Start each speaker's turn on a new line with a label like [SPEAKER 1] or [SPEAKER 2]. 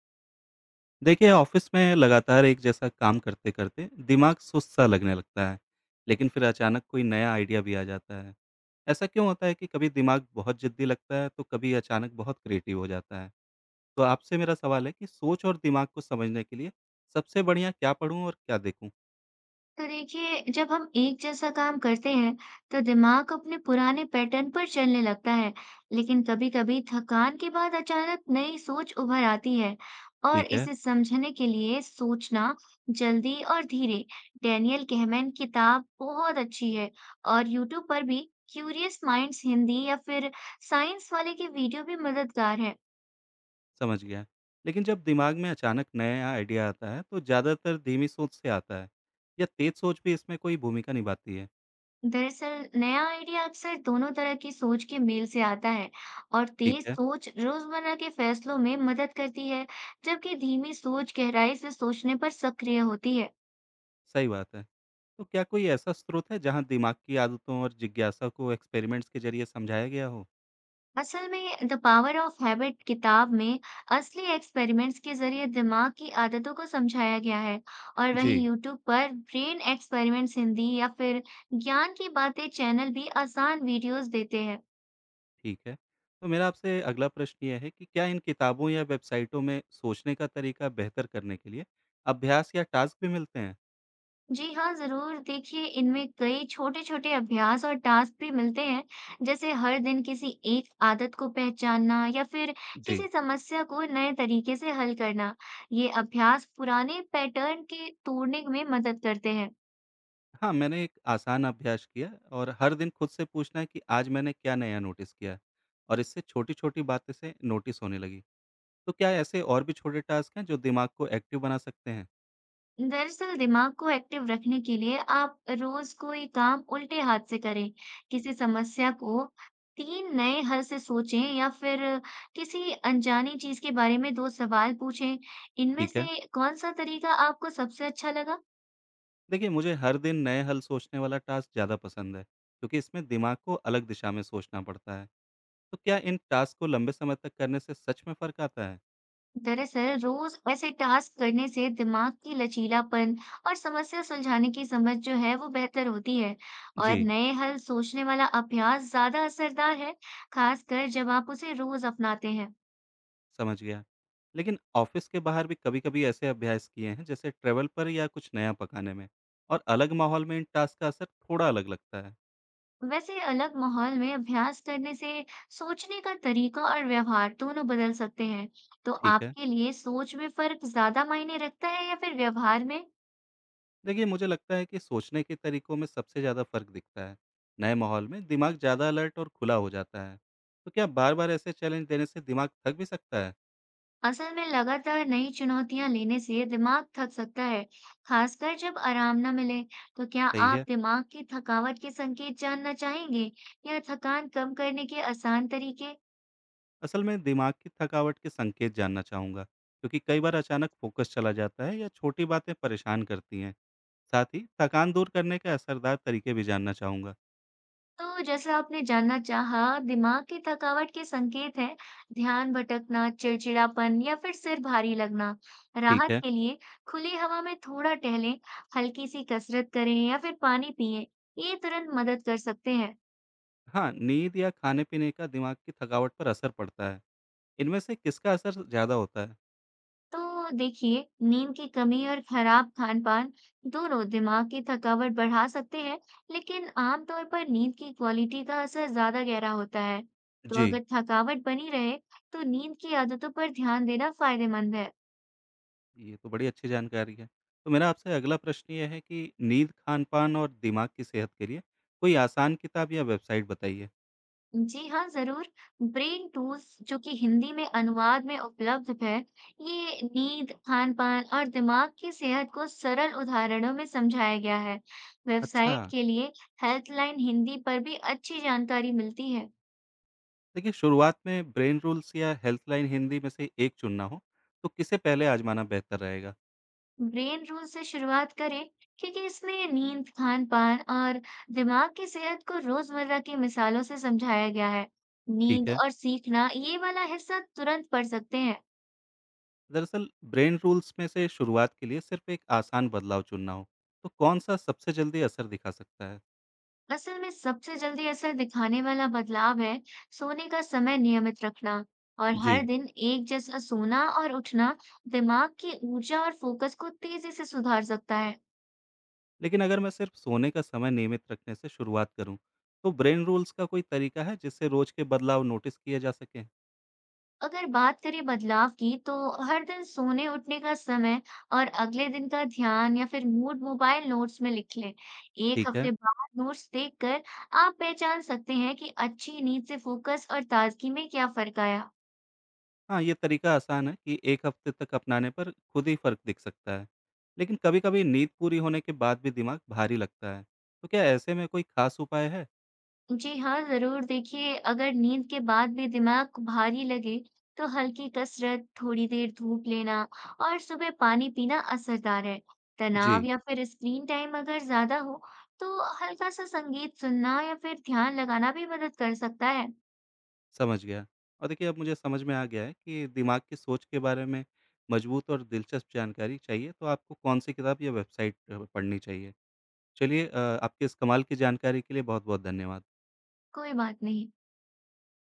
[SPEAKER 1] देखिए, ऑफिस में लगातार एक जैसा काम करते करते दिमाग सुस्त सा लगने लगता है। लेकिन फिर अचानक कोई नया आइडिया भी आ जाता है। ऐसा क्यों होता है कि कभी दिमाग बहुत जिद्दी लगता है तो कभी अचानक बहुत क्रिएटिव हो जाता है? तो आपसे मेरा सवाल है कि सोच और दिमाग को समझने के लिए सबसे बढ़िया क्या पढूं और क्या देखूं?
[SPEAKER 2] तो देखिए, जब हम एक जैसा काम करते हैं तो दिमाग अपने पुराने पैटर्न पर चलने लगता है। लेकिन कभी-कभी थकान के बाद अचानक नई सोच उभर आती है। और
[SPEAKER 1] ठीक है,
[SPEAKER 2] इसे समझने के लिए सोचना जल्दी और धीरे, डैनियल कहमेन किताब बहुत अच्छी है। और यूट्यूब पर भी क्यूरियस माइंड्स हिंदी या फिर साइंस वाले के वीडियो भी मददगार है।
[SPEAKER 1] समझ गया। लेकिन जब दिमाग में अचानक नया आइडिया आता है तो ज़्यादातर धीमी सोच से आता है या तेज सोच भी इसमें कोई भूमिका निभाती है?
[SPEAKER 2] दरअसल नया आइडिया अक्सर दोनों तरह की सोच के मेल से आता है। और
[SPEAKER 1] ठीक
[SPEAKER 2] तेज
[SPEAKER 1] है।
[SPEAKER 2] सोच रोजमर्रा के फैसलों में मदद करती है, जबकि धीमी सोच गहराई से सोचने पर सक्रिय होती है।
[SPEAKER 1] सही बात है। तो क्या कोई ऐसा स्रोत है जहाँ दिमाग की आदतों और जिज्ञासा को एक्सपेरिमेंट्स के ज़रिए समझाया गया हो?
[SPEAKER 2] असल में द पावर ऑफ हैबिट किताब में असली एक्सपेरिमेंट्स के जरिए दिमाग की आदतों को समझाया गया है। और वहीं
[SPEAKER 1] जी,
[SPEAKER 2] यूट्यूब पर ब्रेन एक्सपेरिमेंट्स हिंदी या फिर ज्ञान की बातें चैनल भी आसान वीडियोस देते हैं।
[SPEAKER 1] ठीक है। तो मेरा आपसे अगला प्रश्न ये है कि क्या इन किताबों या वेबसाइटों में सोचने का तरीका बेहतर करने के लिए अभ्यास या टास्क भी मिलते हैं?
[SPEAKER 2] जी हाँ, ज़रूर। देखिए, इनमें कई छोटे-छोटे अभ्यास और टास्क भी मिलते हैं, जैसे हर दिन किसी एक आदत को पहचानना या फिर
[SPEAKER 1] जी।
[SPEAKER 2] किसी समस्या को नए तरीके से हल करना। ये अभ्यास पुराने पैटर्न के तोड़ने में मदद करते हैं।
[SPEAKER 1] हाँ, मैंने एक आसान अभ्यास किया और हर दिन खुद से पूछना है कि आज मैंने क्या नया नोटिस किया, और इससे छोटी-छोटी बातें से नोटिस होने लगी। तो क्या ऐसे और भी छोटे टास्क हैं जो दिमाग को एक्टिव बना सकते हैं?
[SPEAKER 2] दरअसल दिमाग को एक्टिव रखने के लिए आप रोज कोई काम उल्टे हाथ से करें। किसी समस्या को 3 नए हल से सोचें या फिर किसी अनजानी चीज के बारे में 2 सवाल पूछें। इनमें
[SPEAKER 1] ठीक है।
[SPEAKER 2] से कौन-सा तरीका आपको सबसे अच्छा लगा?
[SPEAKER 1] देखिए, मुझे हर दिन नए हल सोचने वाला टास्क ज़्यादा पसंद है क्योंकि इसमें दिमाग को अलग दिशा में सोचना पड़ता है। तो क्या इन टास्क को लंबे समय तक करने से सच में फ़र्क आता है?
[SPEAKER 2] दरअसल रोज ऐसे टास्क करने से दिमाग की लचीलापन और समस्या सुलझाने की समझ जो है वो बेहतर होती है। और
[SPEAKER 1] जी,
[SPEAKER 2] नए हल सोचने वाला अभ्यास ज्यादा असरदार है, खासकर जब आप उसे रोज अपनाते हैं।
[SPEAKER 1] समझ गया। लेकिन ऑफिस के बाहर भी कभी कभी ऐसे अभ्यास किए हैं, जैसे ट्रेवल पर या कुछ नया पकाने में, और अलग माहौल में इन टास्क का असर थोड़ा अलग लगता है।
[SPEAKER 2] वैसे अलग माहौल में अभ्यास करने से सोचने का तरीका और व्यवहार दोनों बदल सकते हैं। तो
[SPEAKER 1] ठीक है।
[SPEAKER 2] आपके लिए सोच में फर्क ज्यादा मायने रखता है या फिर व्यवहार में?
[SPEAKER 1] देखिए, मुझे लगता है कि सोचने के तरीकों में सबसे ज़्यादा फ़र्क दिखता है। नए माहौल में दिमाग ज़्यादा अलर्ट और खुला हो जाता है। तो क्या बार बार ऐसे चैलेंज देने से दिमाग थक भी सकता है?
[SPEAKER 2] असल में लगातार नई चुनौतियां लेने से दिमाग थक सकता है, खासकर जब आराम ना मिले। तो क्या
[SPEAKER 1] सही
[SPEAKER 2] आप
[SPEAKER 1] है।
[SPEAKER 2] दिमाग की थकावट के संकेत जानना चाहेंगे या थकान कम करने के आसान तरीके?
[SPEAKER 1] असल में दिमाग की थकावट के संकेत जानना चाहूंगा क्योंकि कई बार अचानक फोकस चला जाता है या छोटी बातें परेशान करती हैं। साथ ही थकान दूर करने के असरदार तरीके भी जानना चाहूंगा।
[SPEAKER 2] तो जैसा आपने जानना चाहा, दिमाग की थकावट के संकेत हैं ध्यान भटकना, चिड़चिड़ापन या फिर सिर भारी लगना।
[SPEAKER 1] ठीक
[SPEAKER 2] राहत
[SPEAKER 1] है।
[SPEAKER 2] के लिए खुली हवा में थोड़ा टहलें, हल्की सी कसरत करें या फिर पानी पिएं। ये तुरंत मदद कर सकते हैं।
[SPEAKER 1] हाँ, नींद या खाने पीने का दिमाग की थकावट पर असर पड़ता है? इनमें से किसका असर ज़्यादा होता है?
[SPEAKER 2] तो देखिए, नींद की कमी और खराब खान पान दोनों दिमाग की थकावट बढ़ा सकते हैं। लेकिन आमतौर पर नींद की क्वालिटी का असर ज्यादा गहरा होता है। तो
[SPEAKER 1] जी।
[SPEAKER 2] अगर थकावट बनी रहे तो नींद की आदतों पर ध्यान देना फायदेमंद है।
[SPEAKER 1] ये तो बड़ी अच्छी जानकारी है। तो मेरा आपसे अगला प्रश्न यह है कि नींद, खान पान और दिमाग की सेहत के लिए कोई आसान किताब या वेबसाइट बताइए।
[SPEAKER 2] जी हाँ, ज़रूर। ब्रेन टूल्स जो कि हिंदी में अनुवाद में उपलब्ध है, ये नींद, खान-पान और दिमाग की सेहत को सरल उदाहरणों में समझाया गया है।
[SPEAKER 1] अच्छा।
[SPEAKER 2] वेबसाइट के लिए हेल्पलाइन हिंदी पर भी अच्छी जानकारी मिलती है।
[SPEAKER 1] देखिए, शुरुआत में ब्रेन रूल्स या हेल्पलाइन हिंदी में से एक चुनना हो, तो किसे पहले आज़माना बेहतर रहेगा?
[SPEAKER 2] ब्रेन रूल से शुरुआत करें क्योंकि इसमें नींद, खान-पान और दिमाग की सेहत को रोज़मर्रा की मिसालों से समझाया गया है।
[SPEAKER 1] ठीक
[SPEAKER 2] नींद
[SPEAKER 1] है।
[SPEAKER 2] और सीखना, ये वाला हिस्सा तुरंत पढ़ सकते हैं।
[SPEAKER 1] दरअसल ब्रेन रूल्स में से शुरुआत के लिए सिर्फ एक आसान बदलाव चुनना हो, तो कौन-सा सबसे जल्दी असर दिखा सकता है?
[SPEAKER 2] असल में सबसे जल्दी असर दिखाने वाला बदलाव है सोने का समय नियमित रखना। और हर
[SPEAKER 1] जी,
[SPEAKER 2] दिन एक जैसा सोना और उठना दिमाग की ऊर्जा और फोकस को तेजी से सुधार सकता है।
[SPEAKER 1] लेकिन अगर मैं सिर्फ सोने का समय नियमित रखने से शुरुआत करूं, तो ब्रेन रूल्स का कोई तरीका है जिससे रोज के बदलाव नोटिस किए जा सकें?
[SPEAKER 2] अगर बात करें बदलाव की, तो हर दिन सोने उठने का समय और अगले दिन का ध्यान या फिर मूड मोबाइल नोट्स में लिख लें। एक
[SPEAKER 1] ठीक है।
[SPEAKER 2] हफ्ते बाद नोट्स देखकर आप पहचान सकते हैं कि अच्छी नींद से फोकस और ताजगी में क्या फर्क आया।
[SPEAKER 1] हाँ, ये तरीका आसान है कि एक हफ्ते तक अपनाने पर खुद ही फर्क दिख सकता है। लेकिन कभी-कभी नींद पूरी होने के बाद भी दिमाग भारी लगता है। तो क्या ऐसे में कोई खास उपाय है?
[SPEAKER 2] जी हाँ, ज़रूर। देखिए, अगर नींद के बाद भी दिमाग को भारी लगे तो हल्की कसरत, थोड़ी देर धूप लेना और सुबह पानी पीना असरदार है।
[SPEAKER 1] जी,
[SPEAKER 2] तनाव या फिर स्क्रीन टाइम अगर ज़्यादा हो तो हल्का सा संगीत सुनना या फिर ध्यान लगाना भी मदद कर सकता है।
[SPEAKER 1] समझ गया। और देखिए, अब मुझे समझ में आ गया है कि दिमाग की सोच के बारे में मजबूत और दिलचस्प जानकारी चाहिए तो आपको कौन सी किताब या वेबसाइट पढ़नी चाहिए। चलिए, आपके इस कमाल की जानकारी के लिए बहुत-बहुत धन्यवाद।
[SPEAKER 2] कोई बात नहीं।